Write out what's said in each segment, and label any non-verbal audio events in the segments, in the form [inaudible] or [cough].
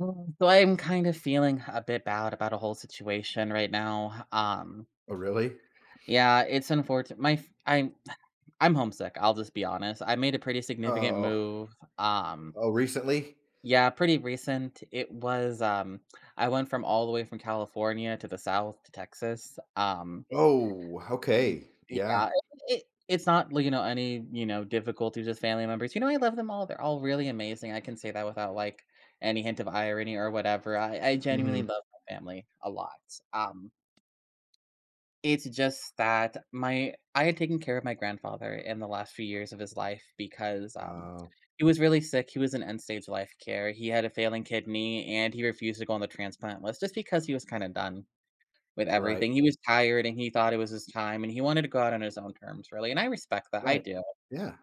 So I'm kind of feeling a bit bad about a whole situation right now. Um, Oh, really? yeah, it's unfortunate. I'm homesick. I'll just be honest. I made a pretty significant Oh, move. Um, oh, recently? yeah, pretty recent. It was I went from all the way from California to the south to Texas. Oh, Y okay. yeah, Yeah. It's not, like, any, difficulties with family members. I love them all, they're all really amazing. I can say that without, like, any hint of irony or whatever. I genuinely Mhm. love my family a lot. um, it's just that my I had taken care of my grandfather in the last few years of his life, because, Uh, he was really sick. He was in end-stage life care, he had a failing kidney, and he refused to go on the transplant list just because he was kinda done with right, everything. He was tired and he thought it was his time, and he wanted to go out on his own terms, really, and I respect that, I right. do. Yeah,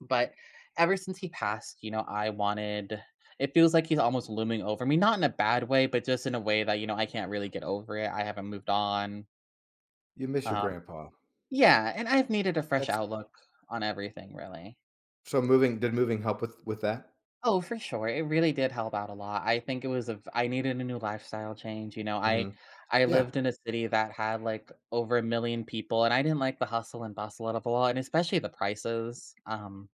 But ever since he passed, I wanted it feels like he's almost looming over me, not in a bad way, but just in a way that, I can't really get over it. I haven't moved on. you miss your Um grandpa. Yeah, and I've needed a fresh That's outlook on everything, really. so moving did moving help with that? Oh, for sure. It really did help out a lot. I think it was a. I needed a new lifestyle change. I Mhm. I Yeah, lived in a city that had, like, over a million people, and I didn't like the hustle and bustle of a lot, and especially the prices.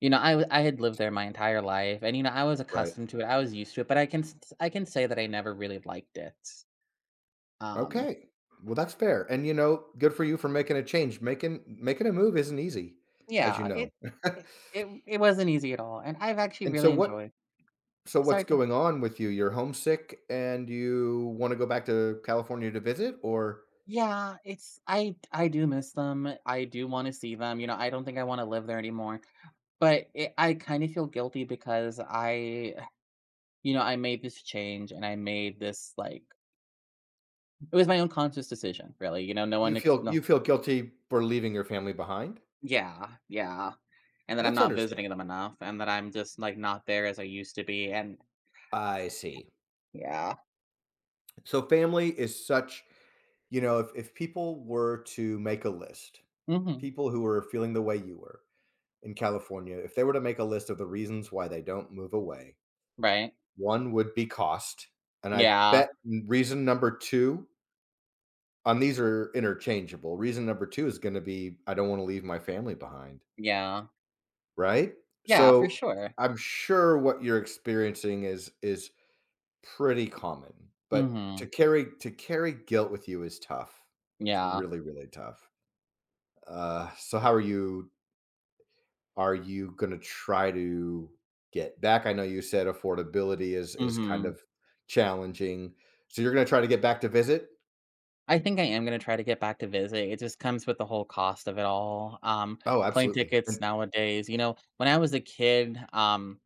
I had lived there my entire life, and, I was right. accustomed to it, I was used to it, but I can say that I never really liked it. Um, Okay. Well, that's fair, and, you know, good for you for making a change. Making a move isn't easy, as you yeah, know. it [laughs] it it it wasn't easy at all, and I've actually And so really what enjoyed. so what's Sorry, go. going on with you? You're homesick and you wanna go back to California to visit, or Yeah, it's I do miss them. I do wanna see them. I don't think I wanna live there anymore, but it I kinda feel guilty because I I made this change and I made this, like it was my own conscious decision, really. No You one ex feel you No. feel guilty for leaving your family behind? Yeah, yeah, and that I'm That's not visiting them understandable. enough, and that I'm just, like, not there as I used to be. And I see. Yeah. So family is such you know, if people were to make a list, Mhm. people who were feeling the way you were in California, if they were to make a list of the reasons why they don't move away, Right. one would be cost, and I Yeah, bet reason number 2, and these are interchangeable, reason number 2 is gonna be, "I don't wanna leave my family behind," yeah. right? Yeah, for So, sure. I'm sure what you're experiencing is pretty common, but to Mhm. carry to carry guilt with you is tough. It's Yeah. really, really tough. So how are you gonna try to get back? I know you said affordability is kind Mhm. of challenging. So you're gonna try to get back to visit? I think I am gonna try to get back to visit. It just comes with the whole cost of it all. Oh, Plane absolutely. tickets And nowadays, when I was a kid,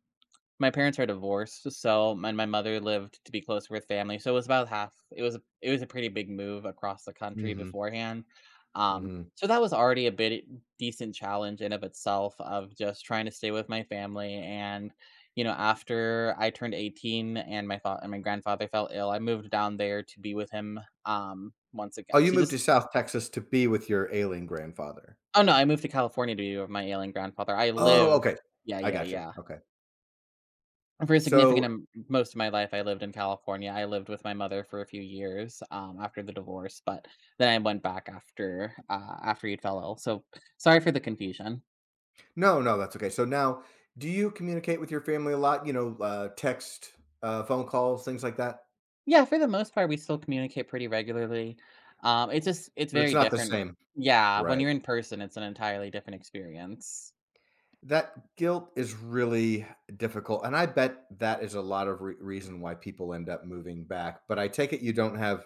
my parents are divorced, so my mother lived to be closer with family, so it was a pretty big move across the country mhm, beforehand. Mhm. So that was already a bit decent challenge in of itself of just trying to stay with my family. And, after I turned 18, and my father and my grandfather fell ill, I moved down there to be with him, once Oh, again, you to moved to just South Texas to be with your ailing grandfather. oh, no, I moved to California to be with my ailing grandfather. I Oh, live okay. Yeah, I yeah, gotcha. yeah. Okay. For a significant So am Most of my life, I lived in California. I lived with my mother for a few years, after the divorce, but then I went back after he fell ill. So sorry for the confusion. No, no, that's okay. So now, do you communicate with your family a lot? You know, text, phone calls, things like that? Yeah, for the most part, we still communicate pretty regularly. It's just, it's But it's very not the different. same. Yeah, when Right. you're in person, it's an entirely different experience. That guilt is really difficult. And I bet that is a lot of reason why people end up moving back. But I take it you don't have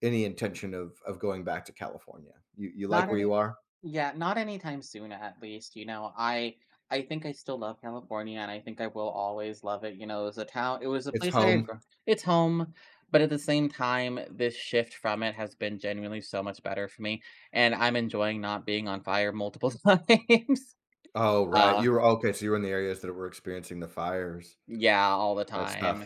any intention of going back to California. You Not like where any you are? Yeah, not anytime soon, at least. I think I still love California, and I think I will always love it. It was a town It was a It's place that I home. grew. It's home, but at the same time, this shift from it has been genuinely so much better for me, and I'm enjoying not being on fire multiple [laughs] times. Oh, right. Uh, You were okay. So you were in the areas that were experiencing the fires. yeah, all the That's tough. time.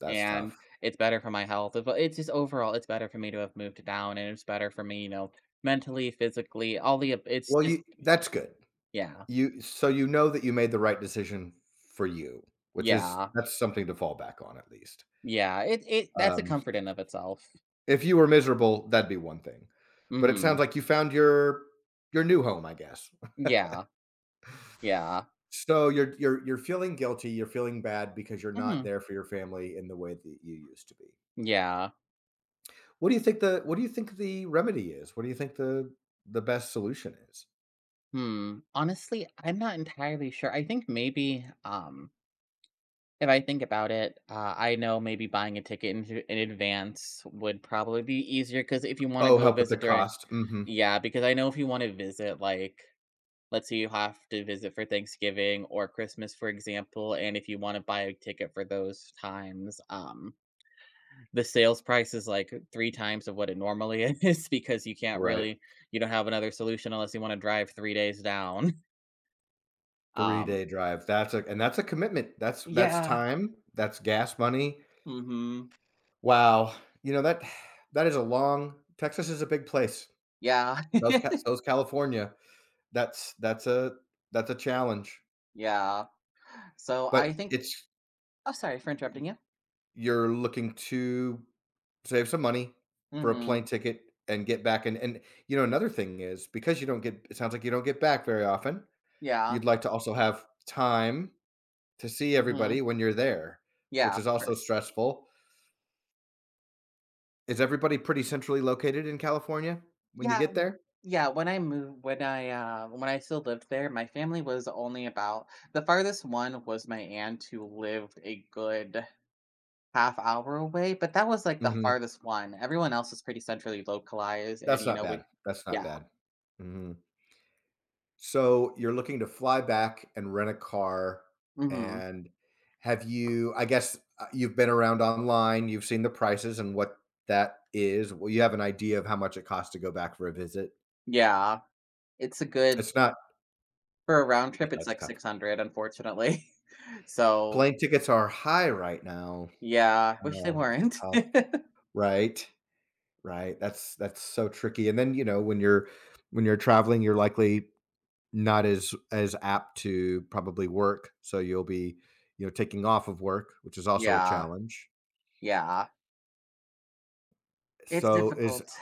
That's tough. And it's better for my health. But it's just overall, it's better for me to have moved down, and it's better for me, mentally, physically. All the ab it's Well, just you that's good. Yeah, You so you know that you made the right decision for you, which is yeah. that's something to fall back on at least. Yeah, it that's a Um, comfort in of itself. if you were miserable, that'd be one thing. But it sounds Mhm. like you found your new home, I guess. Yeah, yeah. So you're feeling guilty, you're feeling bad because you're not Mhm. there for your family in the way that you used to be. Yeah. What do you think the remedy is? What do you think the best solution is? Hmm. Honestly, I'm not entirely sure. I think maybe, if I think about it, I know maybe buying a ticket in advance would probably be easier. Because if you wanna Oh, go help with the visit during. cost. Mhm. Yeah, because I know if you wanna visit, like, let's say you have to visit for Thanksgiving or Christmas, for example. And if you wanna buy a ticket for those times, the sales price is like 3 times of what it normally [laughs] is, because you can't Right. really you don't have another solution unless you wanna drive 3 days down. [laughs] Um, 3-day drive. That's a And that's a commitment. That's yeah, time, that's gas money. mhm, Wow. You know, that [sighs] that is a long Texas is a big place. yeah, [laughs] So's California. That's that's a that's a challenge, yeah. So, but I think. it's Oh, sorry for interrupting you. you're looking to save some money for a plane Mhm, ticket and get back and, you know, another thing is because you don't get it sounds like you don't get back very often, yeah, you'd like to also have time to see everybody mhm, when you're there, yeah, which of is also course. stressful. Is everybody pretty centrally located in California when you Yeah, get there? yeah, when I still lived there, my family was only about. The farthest one was my aunt, who lived a good half hour away, but that was, like, the Mhm. farthest one. Everyone else is pretty centrally localized. And, That's you not know, bad. we That's not Yeah. bad. Mhm. So, you're looking to fly back and rent a car, Mhm. and have you I guess, you've been around online, you've seen the prices and what that is. Well, you have an idea of how much it costs to go back for a visit. Yeah. It's a good It's not For a round Yeah, trip, it's that's like tough. 600, unfortunately. [laughs] So, Plane tickets are high right now. yeah, wish they Oh, that's weren't. [laughs] tough. Right, right. That's so tricky, and then, you know, when you're traveling, you're likely not as as apt to probably work, so you'll be, you know, taking off of work, which is also a Yeah, challenge. yeah. It's So, is difficult.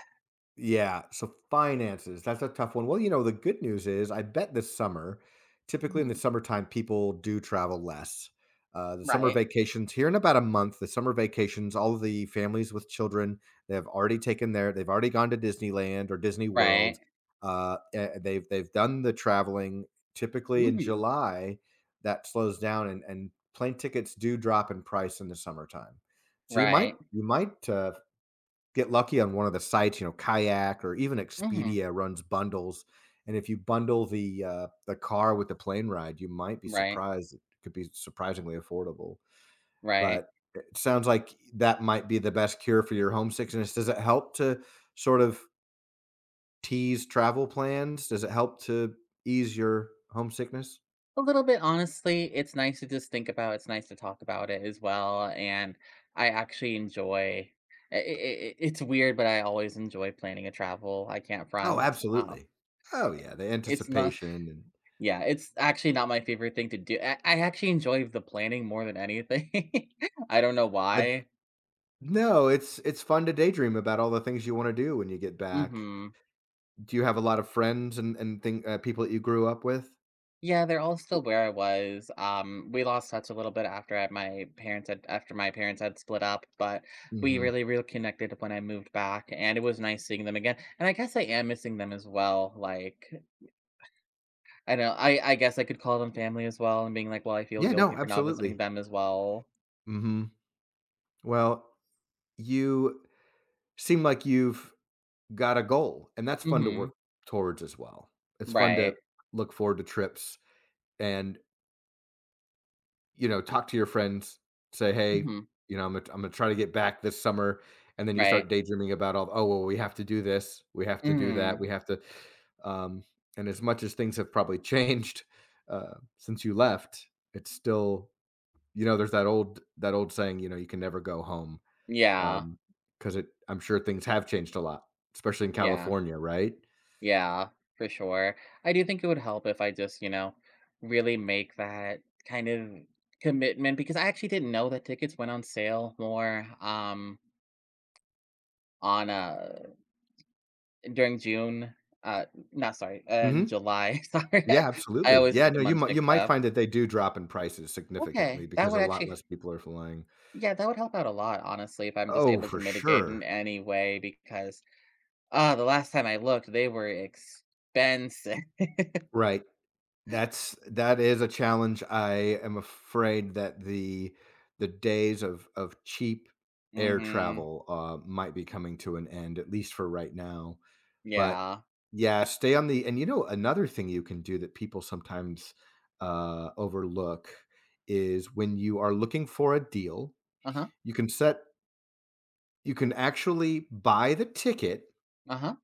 Yeah, so finances, that's a tough one. Well, you know, the good news is I bet this summer, typically in the Mhm. summertime, people do travel less. The summer Right. vacations here in about a month, the summer vacations, all of the families with children, they have already taken their, they've already gone to Disneyland or Disney World. Right. They've done the traveling. Typically in Mhm. July, that slows down, and plane tickets do drop in price in the summertime. So Right. you might get lucky on one of the sites, you know, Kayak or even Mhm. Expedia runs bundles. And if you bundle the car with the plane ride, you might be Right. surprised. It could be surprisingly affordable. Right. Right. But it sounds like that might be the best cure for your homesickness. Does it help to sort of tease travel plans? Does it help to ease your homesickness? A little bit, honestly. It's nice to just think about. It's nice to talk about it as well. And I actually enjoy. It's weird, but I always enjoy planning a travel. I can't Oh, front. Absolutely. Oh yeah, the It's not. [laughs] anticipation and Yeah, it's actually not my favorite thing to do. I actually enjoy the planning more than anything. [laughs] I don't know I why. no, it's fun to daydream about all the things you want to do when you get back. Hmm. Do you have a lot of friends and thing people that you grew up with? Yeah, they're all still where I was. We lost touch a little bit after I my parents had after my parents had split up, but we Mhm. really reconnected when I moved back, and it was nice seeing them again. And I guess I am missing them as well. Like, I guess I could call them family as well, and being like, well, I feel Yeah, no, guilty for not visiting absolutely. them as well. Mhm. Well, you seem like you've got a goal, and that's fun to work Mm-hmm. towards as well. It's fun to Right. look forward to trips and you know, talk to your friends, say, "Hey, Mm-hmm. you know, I'm gonna try to get back this summer," and then you start Right. daydreaming about all, "Oh, well, we have to do this, we have to do that, Mm-hmm. we have to," um, and as much as things have probably changed since you left, it's still, you know, there's that old saying, you know, you can never go home Yeah. um, because it. I'm sure things have changed a lot, especially in Yeah. California, right? Yeah, for sure. I do think it would help if I just, really make that kind of commitment, because I actually didn't know that tickets went on sale more on during June. Uh Not, sorry, in Hmm. July. [laughs] Sorry. Yeah, I absolutely. always Yeah, get no, the months you mixed might up. find that they do drop in prices significantly Okay, that because a would lot actually less people are flying. yeah, that would help out a lot, honestly, if I'm just Oh, able to for mitigate in sure. any way, because the last time I looked, they were expensive. Right. That's that is a challenge. I am afraid that the days of cheap [laughs] air Mhm. travel might be coming to an end, at least for right now. But Yeah. yeah, stay on the and you know another thing you can do that people sometimes overlook is when you are looking for a deal, Uh-huh. you can set you can actually buy the ticket Uh-huh.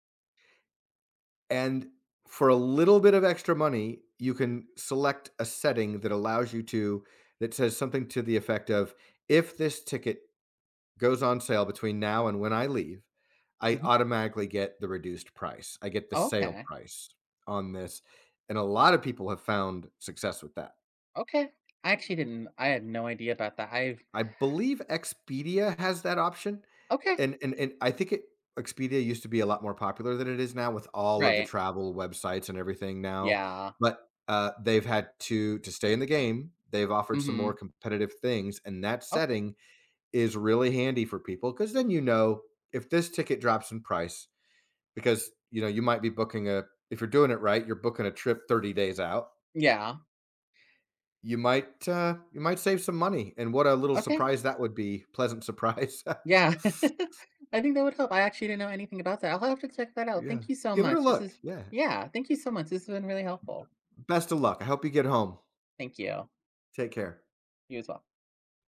and for a little bit of extra money, you can select a setting that allows you to that says something to the effect of, "If this ticket goes on sale between now and when I leave, I automatically get the reduced price. I get the sale Okay. price on this." And a lot of people have found success with that. Okay. I actually didn't. I had no idea about that. I've. I believe Expedia has that option, Okay. and I think it Expedia used to be a lot more popular than it is now with all of the Right. travel websites and everything now, Yeah. but, they've had to stay in the game, they've offered some more Mhm. competitive things, and that Oh, setting is really handy for people because then you know if this ticket drops in price because, you know, you might be booking a if you're doing it right, you're booking a trip 30 days out. yeah. You might save some money, and what a little Okay. surprise that would be, pleasant surprise. [laughs] Yeah. [laughs] I think that would help. I actually didn't know anything about that. I'll have to check that out. Yeah. Thank you so Give it a much. This look, is. yeah. Yeah, thank you so much. This has been really helpful. Best of luck, I hope you get home. Thank you. Take care. You as well.